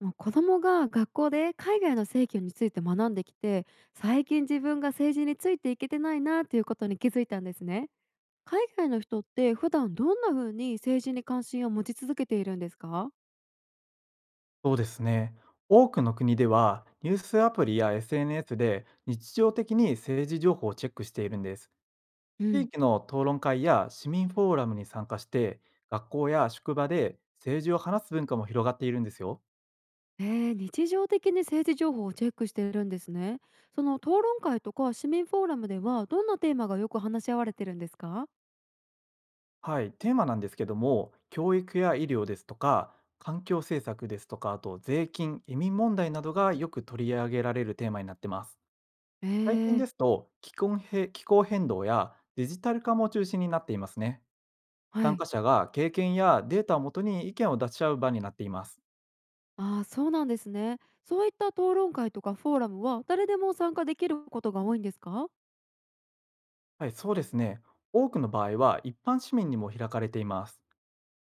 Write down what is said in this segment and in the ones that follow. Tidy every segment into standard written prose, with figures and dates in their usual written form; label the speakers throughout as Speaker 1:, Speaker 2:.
Speaker 1: もう子供が学校で海外の政教について学んできて、最近自分が政治についていけてないなということに気づいたんですね。海外の人って普段どんな風に政治に関心を持ち続けているんですか？
Speaker 2: そうですね。多くの国では、ニュースアプリや SNS で日常的に政治情報をチェックしているんです。
Speaker 1: う
Speaker 2: 地
Speaker 1: ん。
Speaker 2: 域の討論会や市民フォーラムに参加して、学校や職場で政治を話す文化も広がっているんですよ。
Speaker 1: 日常的に政治情報をチェックしているんですね。その討論会とか市民フォーラムではどんなテーマがよく話し合われてるんですか？
Speaker 2: はい、テーマなんですけども、教育や医療ですとか、環境政策ですとか、あと税金、移民問題などがよく取り上げられるテーマになってます。
Speaker 1: え
Speaker 2: 最近
Speaker 1: ー。
Speaker 2: ですと気候変動やデジタル化も中心になっていますね。
Speaker 1: は
Speaker 2: 参
Speaker 1: い。
Speaker 2: 加者が経験やデータをもとに意見を出し合う場になっています。
Speaker 1: ああ、そうなんですね。そういった討論会とかフォーラムは誰でも参加できることが多いんですか？
Speaker 2: はい、そうですね。多くの場合は一般市民にも開かれています。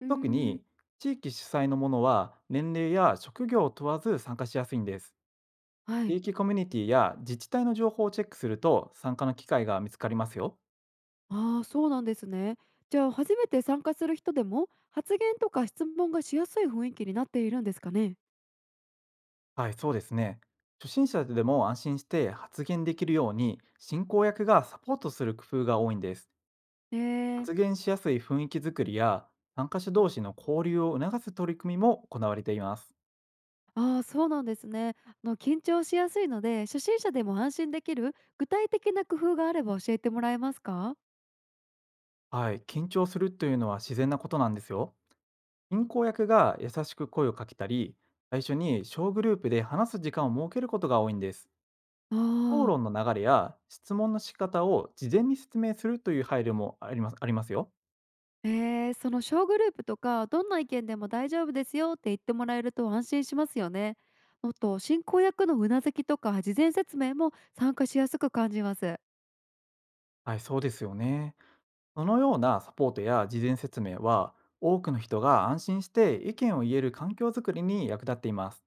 Speaker 1: うー
Speaker 2: 特
Speaker 1: ん。
Speaker 2: に地域主催のものは年齢や職業を問わず参加しやすいんです。
Speaker 1: は
Speaker 2: 地
Speaker 1: い。
Speaker 2: 域コミュニティや自治体の情報をチェックすると参加の機会が見つかりますよ。
Speaker 1: ああ、そうなんですね。じゃあ、初めて参加する人でも発言とか質問がしやすい雰囲気になっているんですかね。
Speaker 2: はい、そうですね。初心者でも安心して発言できるように進行役がサポートする工夫が多いんです。
Speaker 1: えー。
Speaker 2: 発言しやすい雰囲気づくりや参加者同士の交流を促す取り組みも行われています。
Speaker 1: ああ、そうなんですね。緊張しやすいので、初心者でも安心できる具体的な工夫があれば教えてもらえますか？
Speaker 2: はい、緊張するというのは自然なことなんですよ。進行役が優しく声をかけたり、最初に小グループで話す時間を設けることが多いんです。
Speaker 1: あ
Speaker 2: 討
Speaker 1: あ、
Speaker 2: 論の流れや質問の仕方を事前に説明するという配慮もありますよ。
Speaker 1: えその小グループとかどんな意見でも大丈夫ですよって言ってもらえると安心しますよね。あと進行役のうなずきとか事前説明も参加しやすく感じます。
Speaker 2: はい、そうですよね。そのようなサポートや事前説明は、多くの人が安心して意見を言える環境づくりに役立っています。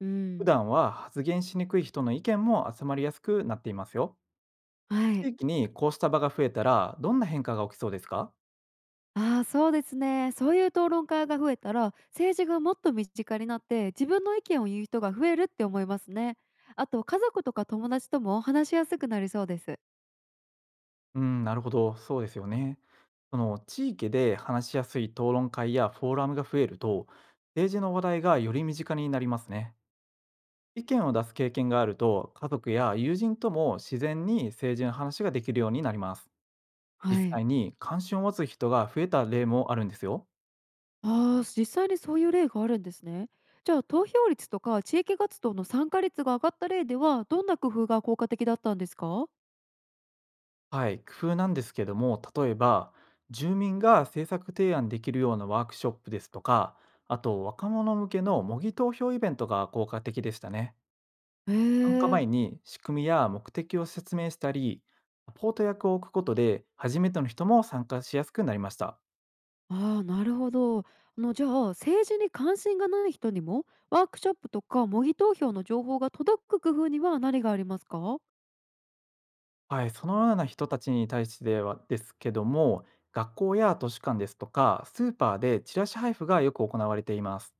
Speaker 1: う
Speaker 2: 普
Speaker 1: ん。
Speaker 2: 段は発言しにくい人の意見も集まりやすくなっていますよ。
Speaker 1: は
Speaker 2: 地
Speaker 1: い。
Speaker 2: 域にこうした場が増えたら、どんな変化が起きそうですか？
Speaker 1: ああ、そうですね。そういう討論会が増えたら、政治がもっと身近になって、自分の意見を言う人が増えるって思いますね。あと、家族とか友達とも話しやすくなりそうです。
Speaker 2: うん、なるほど、そうですよね。その地域で話しやすい討論会やフォーラムが増えると、政治の話題がより身近になりますね。意見を出す経験があると、家族や友人とも自然に政治の話ができるようになります。実
Speaker 1: はい。
Speaker 2: 際に関心を持つ人が増えた例もあるんですよ。
Speaker 1: ああ、実際にそういう例があるんですね。じゃあ、投票率とか地域活動の参加率が上がった例では、どんな工夫が効果的だったんですか？
Speaker 2: はい、工夫なんですけども、例えば、住民が政策提案できるようなワークショップですとか、あと若者向けの模擬投票イベントが効果的でしたね。
Speaker 1: へ
Speaker 2: 参加
Speaker 1: え。
Speaker 2: 前に仕組みや目的を説明したり、サポート役を置くことで、初めての人も参加しやすくなりました。
Speaker 1: ああ、なるほど。じゃあ、政治に関心がない人にも、ワークショップとか模擬投票の情報が届く工夫には何がありますか？
Speaker 2: はい、そのような人たちに対してはですけども、学校や図書館ですとか、スーパーでチラシ配布がよく行われています。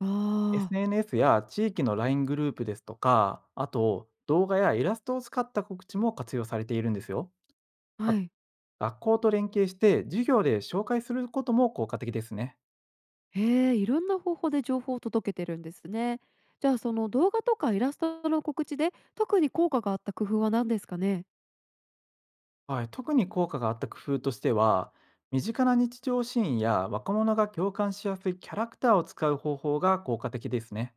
Speaker 1: あ
Speaker 2: SNS や地域の LINE グループですとか、あと動画やイラストを使った告知も活用されているんですよ。
Speaker 1: あ、は
Speaker 2: あ、
Speaker 1: い。
Speaker 2: 学校と連携して授業で紹介することも効果的ですね。
Speaker 1: へえ、いろんな方法で情報を届けてるんですね。じゃあその動画とかイラストの告知で特に効果があった工夫は何ですかね？
Speaker 2: はい、特に効果があった工夫としては、身近な日常シーンや若者が共感しやすいキャラクターを使う方法が効果的ですね。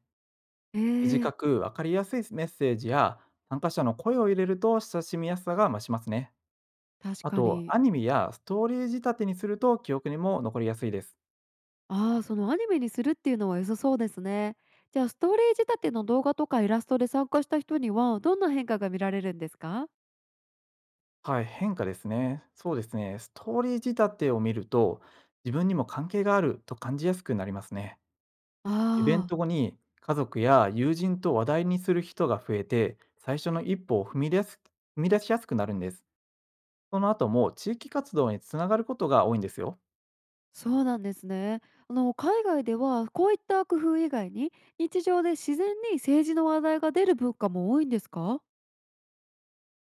Speaker 1: ええ。
Speaker 2: 短く分かりやすいメッセージや参加者の声を入れると親しみやすさが増しますね。
Speaker 1: 確
Speaker 2: あ
Speaker 1: か
Speaker 2: と、
Speaker 1: に。
Speaker 2: アニメやストーリー仕立てにすると記憶にも残りやすいです。
Speaker 1: ああ、そのアニメにするっていうのは良さそうですね。じゃあストーリー仕立ての動画とかイラストで参加した人にはどんな変化が見られるんですか？
Speaker 2: はい、変化ですね。そうですね。ストーリー仕立てを見ると、自分にも関係があると感じやすくなりますね。
Speaker 1: あ
Speaker 2: イベン
Speaker 1: あ、
Speaker 2: ト後に家族や友人と話題にする人が増えて、最初の一歩を踏み出しやすくなるんです。その後も地域活動につながることが多いんですよ。
Speaker 1: そうなんですね。海外ではこういった工夫以外に日常で自然に政治の話題が出る文化も多いんですか？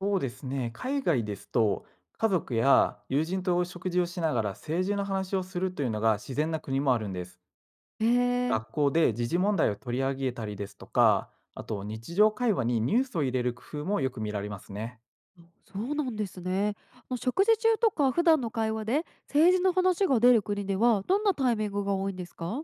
Speaker 2: そうですね。海外ですと、家族や友人と食事をしながら政治の話をするというのが自然な国もあるんです。
Speaker 1: へえ。
Speaker 2: 学校で時事問題を取り上げたりですとか、あと日常会話にニュースを入れる工夫もよく見られますね。
Speaker 1: あ、そうなんですね。食事中とか普段の会話で政治の話が出る国ではどんなタイミングが多いんですか？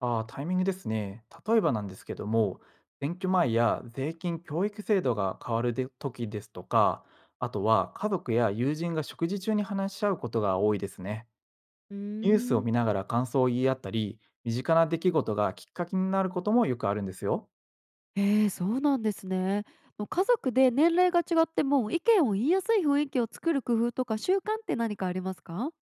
Speaker 2: ああ、タイミングですね。例えばなんですけども、選挙前や税金教育制度が変わるで時ですとか、あとは家族や友人が食事中に話し合うことが多いですね。
Speaker 1: うー
Speaker 2: ニュースを
Speaker 1: ん。
Speaker 2: 見ながら感想を言い合ったり、身近な出来事がきっかけになることもよくあるんですよ。
Speaker 1: そうなんですね。家族で年齢が違っても意見を言いやすい雰囲気を作る工夫とか習慣って何かありますか？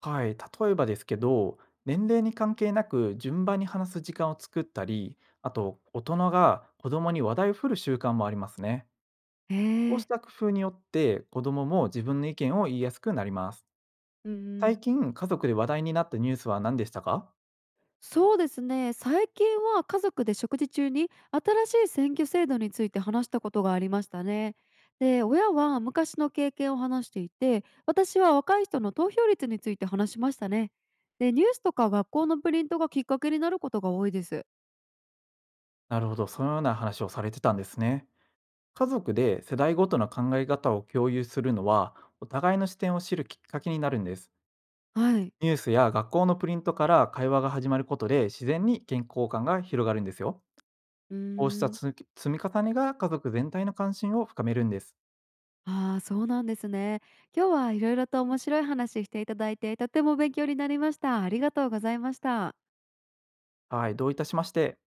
Speaker 2: はい、例えばですけど、年齢に関係なく順番に話す時間を作ったり、あと大人が子供に話題を振る習慣もありますね。
Speaker 1: え
Speaker 2: こうし
Speaker 1: ー。
Speaker 2: た工夫によって子供も自分の意見を言いやすくなります。
Speaker 1: うんう
Speaker 2: 最
Speaker 1: ん。
Speaker 2: 近家族で話題になったニュースは何でしたか？
Speaker 1: そうですね。最近は家族で食事中に新しい選挙制度について話したことがありましたね。で親は昔の経験を話していて、私は若い人の投票率について話しましたね。でニュースとか学校のプリントがきっかけになることが多いです。
Speaker 2: なるほど、そのような話をされてたんですね。家族で世代ごとの考え方を共有するのは、お互いの視点を知るきっかけになるんです。
Speaker 1: はい。
Speaker 2: ニュースや学校のプリントから会話が始まることで自然に健康感が広がるんですよ。
Speaker 1: うー
Speaker 2: こうした
Speaker 1: ん。
Speaker 2: 積み重ねが、家族全体の関心を深めるんです。
Speaker 1: ああ、そうなんですね。今日はいろいろと面白い話していただいてとても勉強になりました。ありがとうございました。
Speaker 2: はい、どういたしまして。